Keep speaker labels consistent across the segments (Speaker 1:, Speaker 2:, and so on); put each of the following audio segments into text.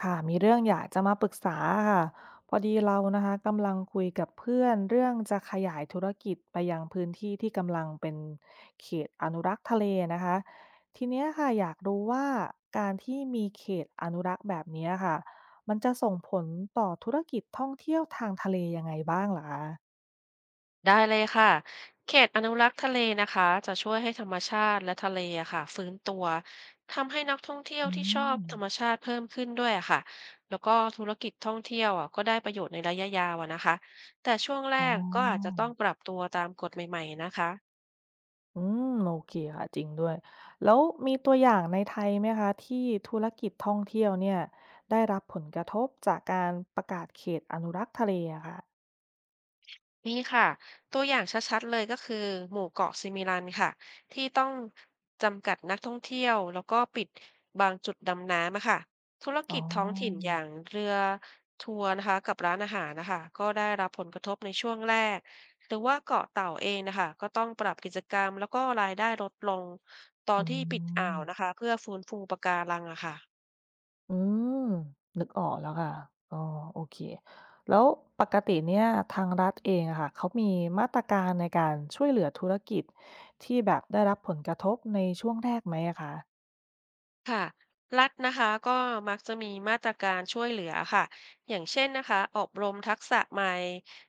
Speaker 1: ค่ะมีเรื่องอยากจะมาปรึกษาค่ะพอดีเรานะคะกำลังคุยกับเพื่อนเรื่องจะขยายธุรกิจไปยังพื้นที่ที่กำลังเป็นเขตอนุรักษ์ทะเลนะคะทีเนี้ยค่ะอยากรู้ว่าการที่มีเขตอนุรักษ์แบบเนี้ยค่ะมันจะส่งผลต่อธุรกิจท่องเที่ยวทางทะเลยังไงบ้างล่ะคะ
Speaker 2: ได้เลยค่ะเขตอนุรักษ์ทะเลนะคะจะช่วยให้ธรรมชาติและทะเลอะค่ะฟื้นตัวทำให้นักท่องเที่ยว
Speaker 1: อื
Speaker 2: ที่ชอบ
Speaker 1: ม
Speaker 2: ธรรมชาติเพิ่มขึ้นด้วยอะค่ะแล้วก็ธุรกิจท่องเที่ยวอะก็ได้ประโยชน์ในระยะยาวอะนะคะแต่ช่วงแร
Speaker 1: อ๋อ
Speaker 2: กก็อาจจะต้องปรับตัวตามกฎใหม่ๆนะคะ
Speaker 1: อืมโอเคค่ะจริงด้วยแล้วมีตัวอย่างในไทยไหมคะที่ธุรกิจท่องเที่ยวเนี่ยได้รับผลกระทบจากการประกาศเขตอนุรักษ์ทะเลอะค่ะ
Speaker 2: นี่ค่ะตัวอย่างชัดๆเลยก็คือหมู่เกาะซิมิลันค่ะที่ต้องจำกัดนักท่องเที่ยวแล้วก็ปิดบางจุดดำน้ำอะค่ะธุร
Speaker 1: อ๋
Speaker 2: กิจท้องถิ่น
Speaker 1: อ
Speaker 2: อย่างเรือทัวร์นะคะกับร้านอาหารนะคะก็ได้รับผลกระทบในช่วงแรกหรือว่าเกาะเต่าเองนะคะก็ต้องปรับกิจกรรมแล้วก็รายได้ลดลงตอน
Speaker 1: อื
Speaker 2: ที่ปิดอ่า
Speaker 1: ม
Speaker 2: วนะคะเพื่อฟื้นฟูปะการังอะค่ะ
Speaker 1: อืมนึกออกแล้วค่ะอ๋อโอเคแล้วปกติเนี่ยทางรัฐเองอะค่ะเขามีมาตรการในการช่วยเหลือธุรกิจที่แบบได้รับผลกระทบในช่วงแรกไหมอะคะ
Speaker 2: ค่ะรัฐนะคะก็มักจะมีมาตรการช่วยเหลือค่ะอย่างเช่นนะคะอบรมทักษะใหม่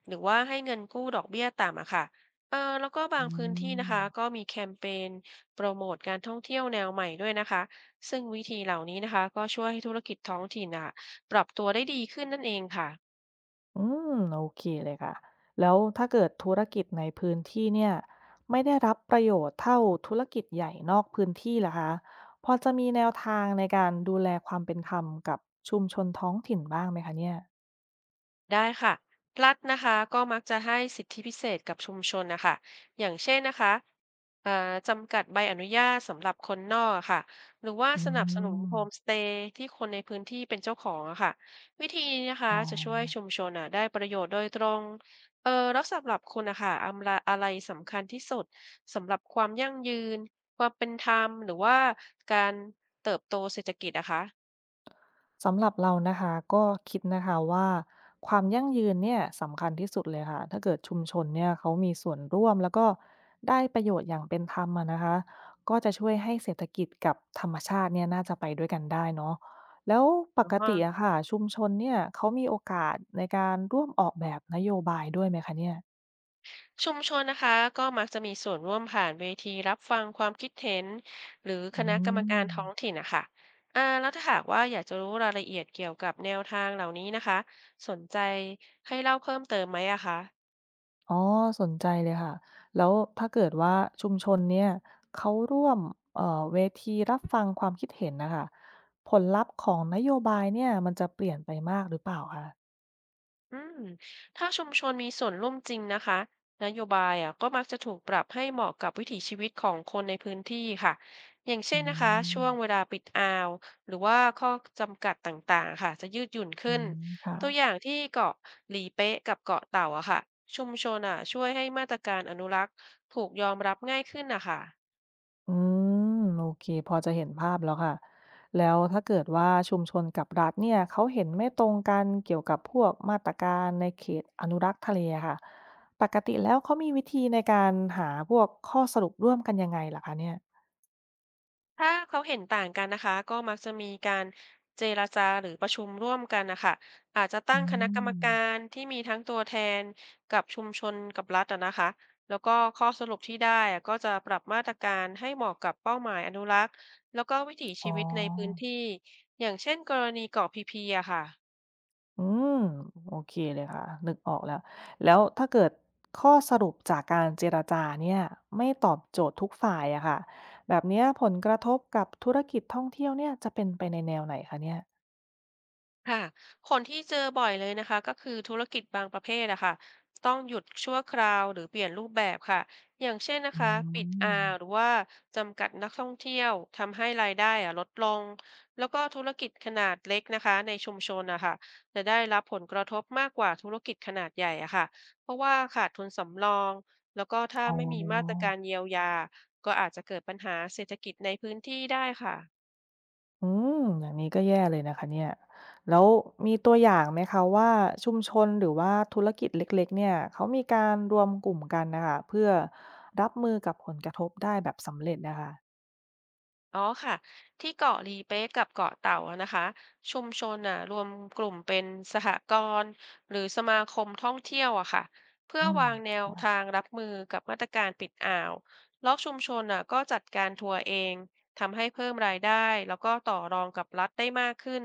Speaker 2: หรือว่าให้เงินกู้ดอกเบี้ยต่ำอะค่ะแล้วก็บา
Speaker 1: อื
Speaker 2: งพื้นที่นะคะก็
Speaker 1: ม
Speaker 2: มีแคมเปญโปรโมทการท่องเที่ยวแนวใหม่ด้วยนะคะซึ่งวิธีเหล่านี้นะคะก็ช่วยให้ธุรกิจท้องถิ่นอะปรับตัวได้ดีขึ้นนั่นเองค่ะ
Speaker 1: อืมโอเคเลยค่ะแล้วถ้าเกิดธุรกิจในพื้นที่เนี่ยไม่ได้รับประโยชน์เท่าธุรกิจใหญ่นอกพื้นที่ล่ะคะพอจะมีแนวทางในการดูแลความเป็นธรรมกับชุมชนท้องถิ่นบ้างไหมคะเนี่ย
Speaker 2: ได้ค่ะรัฐนะคะก็มักจะให้สิทธิพิเศษกับชุมชนนะคะอย่างเช่นนะคะเอ่อจำกัดใบอนุญาตสำหรับคนนอกอะค่ะหรือว่า
Speaker 1: อื
Speaker 2: สนับสนุนโฮมส
Speaker 1: ม
Speaker 2: เตย์ที่คนในพื้นที่เป็นเจ้าของอะค่ะวิธีนี้นะคะ
Speaker 1: อ๋อ
Speaker 2: จะช่วยชุมชนอะได้ประโยชน์โดยตรงแล้วสำหรับคุณนะคะอำละอะไรสำคัญที่สุดสำหรับความยั่งยืนความเป็นธรรมหรือว่าการเติบโตเศรษฐกิจนะคะ
Speaker 1: สำหรับเรานะคะก็คิดนะคะว่าความยั่งยืนเนี่ยสำคัญที่สุดเลยค่ะถ้าเกิดชุมชนเนี่ยเขามีส่วนร่วมแล้วก็ได้ประโยชน์อย่างเป็นธรรมอะนะคะก็จะช่วยให้เศรษฐกิจกับธรรมชาติเนี่ยน่าจะไปด้วยกันได้เนาะแล้วป
Speaker 2: อ๋
Speaker 1: ก
Speaker 2: อ
Speaker 1: ติอะค่ะชุมชนเนี่ยเขามีโอกาสในการร่วมออกแบบนโยบายด้วยไหมคะเนี่ย
Speaker 2: ชุมชนนะคะก็มักจะมีส่วนร่วมผ่านเวทีรับฟังความคิดเห็นหรือค
Speaker 1: อื
Speaker 2: ณะกรรมการ
Speaker 1: ม
Speaker 2: ท้องถิ่นนะคะแล้วถ้าหากว่าอยากจะรู้รายละเอียดเกี่ยวกับแนวทางเหล่านี้นะคะสนใจให้เล่าเพิ่มเติมไหมอะคะ
Speaker 1: อ๋อสนใจเลยค่ะ แล้วถ้าเกิดว่าชุมชนเนี่ยเขาร่วมเวทีรับฟังความคิดเห็นนะคะผลลัพธ์ของนโยบายเนี่ยมันจะเปลี่ยนไปมากหรือเปล่าคะ
Speaker 2: อืมถ้าชุมชนมีส่วนร่วมจริงนะคะนโยบายอ่ะก็มักจะถูกปรับให้เหมาะกับวิถีชีวิตของคนในพื้นที่ค่ะอย่างเช่
Speaker 1: อื
Speaker 2: นนะคะ
Speaker 1: ม
Speaker 2: ช่วงเวลาปิดอ่าวหรือว่าข้อจำกัดต่างๆค่ะจะยืดหยุ่น
Speaker 1: อื
Speaker 2: ขึ้น
Speaker 1: มค่ะ
Speaker 2: ตัวอย่างที่เกาะหลีเป๊ะกับเกาะเต่าอะค่ะชุมชนอ่ะช่วยให้มาตรการอนุรักษ์ถูกยอมรับง่ายขึ้นนะคะ
Speaker 1: อืมโอเคพอจะเห็นภาพแล้วค่ะแล้วถ้าเกิดว่าชุมชนกับรัฐเนี่ยเขาเห็นไม่ตรงกันเกี่ยวกับพวกมาตรการในเขตอนุรักษ์ทะเลอะค่ะปกติแล้วเขามีวิธีในการหาพวกข้อสรุปร่วมกันยังไงล่ะคะเนี่ย
Speaker 2: ถ้าเขาเห็นต่างกันนะคะก็มักจะมีการเจรจาหรือประชุมร่วมกันนะคะอาจจะ
Speaker 1: อื
Speaker 2: ตั้งคณะกรรมกา
Speaker 1: ม
Speaker 2: รที่มีทั้งตัวแทนกับชุมชนกับรัฐอะนะคะแล้วก็ข้อสรุปที่ได้อะก็จะปรับมาตรการให้เหมาะกับเป้าหมายอนุรักษ์แล้วก็วิถี
Speaker 1: อ๋
Speaker 2: ชีวิตในพื้น
Speaker 1: อ
Speaker 2: ที่อย่างเช่นกรณีเกาะพีพีอะค่ะ
Speaker 1: อืมโอเคเลยค่ะนึกออกแล้วแล้วถ้าเกิดข้อสรุปจากการเจรจาเนี่ยไม่ตอบโจทย์ทุกฝ่ายอะค่ะแบบเนี้ยผลกระทบกับธุรกิจท่องเที่ยวเนี่ยจะเป็นไปในแนวไหนคะเนี่ย
Speaker 2: ค่ะคนที่เจอบ่อยเลยนะคะก็คือธุรกิจบางประเภทอะค่ะต้องหยุดชั่วคราวหรือเปลี่ยนรูปแบบค่ะอย่างเช่นนะ
Speaker 1: อื
Speaker 2: คะปิดอ่า
Speaker 1: ม
Speaker 2: วหรือว่าจำกัดนักท่องเที่ยวทำให้รายได้อะลดลงแล้วก็ธุรกิจขนาดเล็กนะคะในชุมชนอะค่ะจะได้รับผลกระทบมากกว่าธุรกิจขนาดใหญ่อะค่ะเพราะว่าขาดทุนสำรองแล้วก็ถ้า
Speaker 1: อ๋อ
Speaker 2: ไม่มีมาตรการเยียวยาก็อาจจะเกิดปัญหาเศรษฐกิจในพื้นที่ได้ค่ะ
Speaker 1: อืมอย่างนี้ก็แย่เลยนะคะเนี่ยแล้วมีตัวอย่างไหมคะว่าชุมชนหรือว่าธุรกิจเล็กๆเนี่ยเขามีการรวมกลุ่มกันน่ะค่ะเพื่อรับมือกับผลกระทบได้แบบสำเร็จน่ะค่ะ
Speaker 2: อ๋อค่ะที่เกาะลีเป๊ะกับเกาะเต่าอะนะคะชุมชนน่ะรวมกลุ่มเป็นสหกรณ์หรือสมาคมท่องเที่ยวอะค่ะเพื่อ
Speaker 1: อืม
Speaker 2: วางแนวทางรับมือกับมาตรการปิดอ่าวแล้วชุมชนน่ะก็จัดการทัวร์เองทำให้เพิ่มรายได้แล้วก็ต่อรองกับรัฐได้มากขึ้น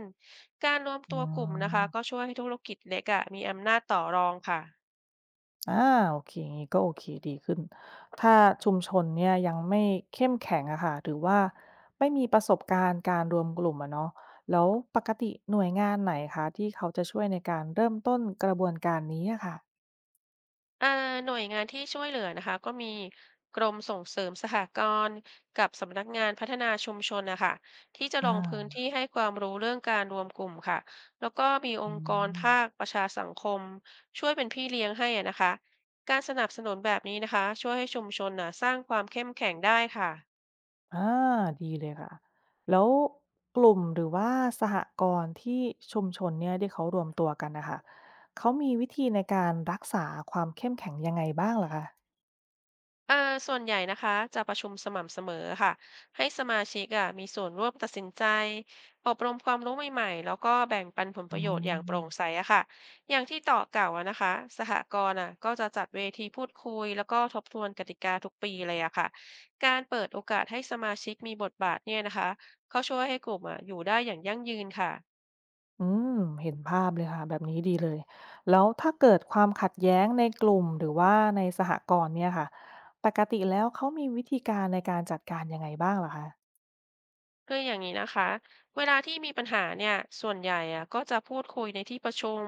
Speaker 2: การรวมตั
Speaker 1: อ๋อ
Speaker 2: วกลุ่มนะคะก็ช่วยให้ธุรกิจเล็กอะมีอำนาจต่อรองค่ะ
Speaker 1: อาโอเคงี้ก็โอเคดีขึ้นถ้าชุมชนเนี่ยยังไม่เข้มแข็งอะค่ะหรือว่าไม่มีประสบการณ์การรวมกลุ่มอะเนาะแล้วปกติหน่วยงานไหนคะที่เขาจะช่วยในการเริ่มต้นกระบวนการนี้อะค่ะ
Speaker 2: อ่าหน่วยงานที่ช่วยเหลือนะคะก็มีกรมส่งเสริมสหกรณ์กับสำนักงานพัฒนาชุมชนนะคะที่จะล
Speaker 1: อา
Speaker 2: งพื้นที่ให้ความรู้เรื่องการรวมกลุ่มค่ะแล้วก็มีอ
Speaker 1: อื
Speaker 2: งค์กร
Speaker 1: ม
Speaker 2: ภาคประชาสังคมช่วยเป็นพี่เลี้ยงให้อะนะคะการสนับสนุนแบบนี้นะคะช่วยให้ชุมชนนะสร้างความเข้มแข็งได้ค่ะ
Speaker 1: อาดีเลยค่ะแล้วกลุ่มหรือว่าสหกรณ์ที่ชุมชนเนี่ยที่เขารวมตัวกันน่ะค่ะเขามีวิธีในการรักษาความเข้มแข็งยังไงบ้างเหรอคะ
Speaker 2: เออส่วนใหญ่นะคะจะประชุมสม่ำเสมอค่ะให้สมาชิกอ่ะมีส่วนร่วมตัดสินใจอบรมความรู้ใหม่ๆแล้วก็แบ่งปันผลป
Speaker 1: อ๋อ
Speaker 2: ระโยชน์อย่างโปร่งใสอะค่ะอย่างที่ต่อเกล่าวอะนะคะสหกรณ์อ่ะก็จะจัดเวทีพูดคุยแล้วก็ทบทวนกติกาทุกปีเลยอะค่ะการเปิดโอกาสให้สมาชิกมีบทบาทเนี่ยนะคะเขาช่วยให้กลุ่มอ่ะอยู่ได้อย่างยั่งยืนค่ะ
Speaker 1: อืมเห็นภาพเลยค่ะแบบนี้ดีเลยแล้วถ้าเกิดความขัดแย้งในกลุ่มหรือว่าในสหกรณ์เนี่ยค่ะปกติแล้วเขามีวิธีการในการจัดการยังไงบ้างเหรอคะ
Speaker 2: คืออย่างนี้นะคะเวลาที่มีปัญหาเนี่ยส่วนใหญ่อะก็จะพูดคุยในที่ประชุม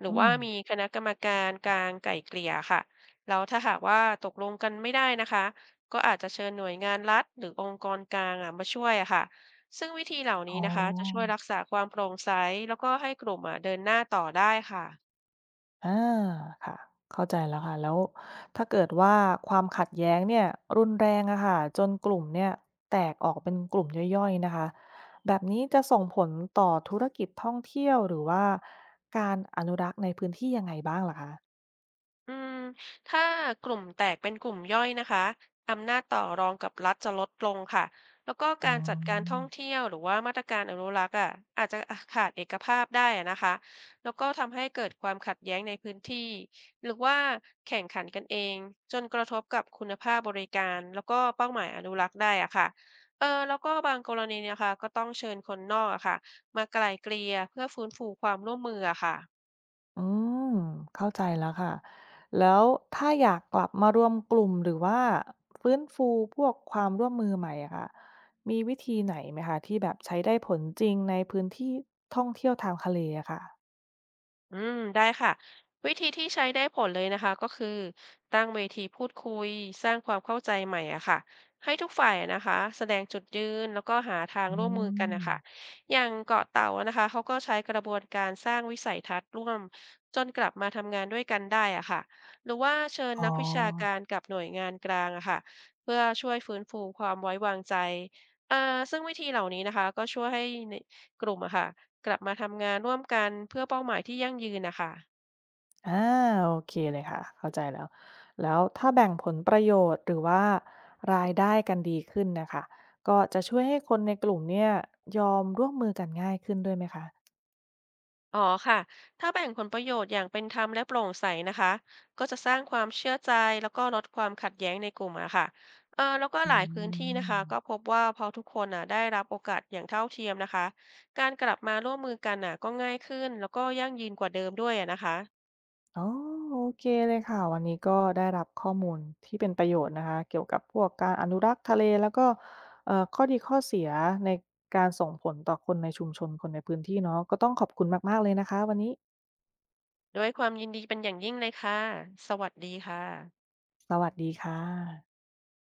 Speaker 2: หรือ
Speaker 1: อื
Speaker 2: ว่า
Speaker 1: ม
Speaker 2: มีคณะกรรมการกลางไกล่เกลี่ยค่ะแล้วถ้าหากว่าตกลงกันไม่ได้นะคะก็อาจจะเชิญหน่วยงานรัฐหรือองค์กรกลางอะมาช่วยอะค่ะซึ่งวิธีเหล่า
Speaker 1: อ๋
Speaker 2: นี้นะคะจะช่วย
Speaker 1: อ
Speaker 2: รักษาความโปร่งใสแล้วก็ให้กลุ่มอะเดินหน้าต่อได้ค่ะ
Speaker 1: อาค่ะเข้าใจแล้วค่ะแล้วถ้าเกิดว่าความขัดแย้งเนี่ยรุนแรงอะค่ะจนกลุ่มเนี่ยแตกออกเป็นกลุ่มย่อยๆนะคะแบบนี้จะส่งผลต่อธุรกิจท่องเที่ยวหรือว่าการอนุรักษ์ในพื้นที่ยังไงบ้างเหรอคะ
Speaker 2: อืมถ้ากลุ่มแตกเป็นกลุ่มย่อยนะคะอำนาจต่อรองกับรัฐจะลดลงค่ะแล้วก็
Speaker 1: อื
Speaker 2: การจัดการท่อง
Speaker 1: ม
Speaker 2: เที่ยวหรือว่ามาตรการอนุรักษ์อ่ะอาจจะขาดเอกภาพได้อะนะคะแล้วก็ทำให้เกิดความขัดแย้งในพื้นที่หรือว่าแข่งขันกันเองจนกระทบกับคุณภาพบริการแล้วก็เป้าหมายอนุรักษ์ได้อ่ะค่ะเออแล้วก็บางกรณีเนะคะก็ต้องเชิญคนนอกอะค่ะมาไกล่เกลี่ยเพื่อฟื้นฟูความร่วมมืออะค่ะ
Speaker 1: อืมเข้าใจแล้วค่ะแล้วถ้าอยากกลับมารวมกลุ่มหรือว่าฟื้นฟูพวกความร่วมมือใหม่อะค่ะมีวิธีไหนไหมคะที่แบบใช้ได้ผลจริงในพื้นที่ท่องเที่ยวทางทะเลอะค่ะ
Speaker 2: อืมได้ค่ะวิธีที่ใช้ได้ผลเลยนะคะก็คือตั้งเวทีพูดคุยสร้างความเข้าใจใหม่อะค่ะให้ทุกฝ่ายอะนะคะแสดงจุดยืนแล้วก็หาทาง
Speaker 1: อื
Speaker 2: ร่วมมือกันนะคะ
Speaker 1: ม
Speaker 2: อย่างเกาะเต่าอะนะคะเขาก็ใช้กระบวนการสร้างวิสัยทัศน์ร่วมจนกลับมาทำงานด้วยกันได้อะค่ะหรือว่าเชิญ
Speaker 1: อ๋อ
Speaker 2: นักวิชาการกับหน่วยงานกลางอะค่ะเพื่อช่วยฟื้นฟูความไว้วางใจอ่าซึ่งวิธีเหล่านี้นะคะก็ช่วยให้ในกลุ่มอะค่ะ กลับมาทำงานร่วมกันเพื่อเป้าหมายที่ยั่งยืนนะคะ
Speaker 1: อาโอเคเลยค่ะเข้าใจแล้วแล้วถ้าแบ่งผลประโยชน์หรือว่ารายได้กันดีขึ้นนะคะก็จะช่วยให้คนในกลุ่มเนี่ยยอมร่วมมือกันง่ายขึ้นด้วยไหมคะ
Speaker 2: อ๋อค่ะถ้าแบ่งผลประโยชน์อย่างเป็นธรรมและโปร่งใสนะคะก็จะสร้างความเชื่อใจแล้วก็ลดความขัดแย้งในกลุ่มอะค่ะเออแล้วก็
Speaker 1: อื
Speaker 2: หลายพื้นที่นะคะ
Speaker 1: ม
Speaker 2: ก็พบว่าพอทุกคนอ่ะได้รับโอกาสอย่างเท่าเทียมนะคะ การกลับมาร่วมมือกันอ่ะก็ง่ายขึ้นแล้วก็ยั่งยืนกว่าเดิมด้วยอะนะคะ
Speaker 1: อ๋อโอเคเลยค่ะวันนี้ก็ได้รับข้อมูลที่เป็นประโยชน์นะคะเกี่ยวกับพวกการอนุรักษ์ทะเลแล้วก็ข้อดีข้อเสียในการส่งผลต่อคนในชุมชนคนในพื้นที่เนาะก็ต้องขอบคุณมากๆเลยนะคะวันนี้
Speaker 2: ด้วยความยินดีเป็นอย่างยิ่งเลยค่ะสวัสดีค่ะ
Speaker 1: สวัสดีค่ะ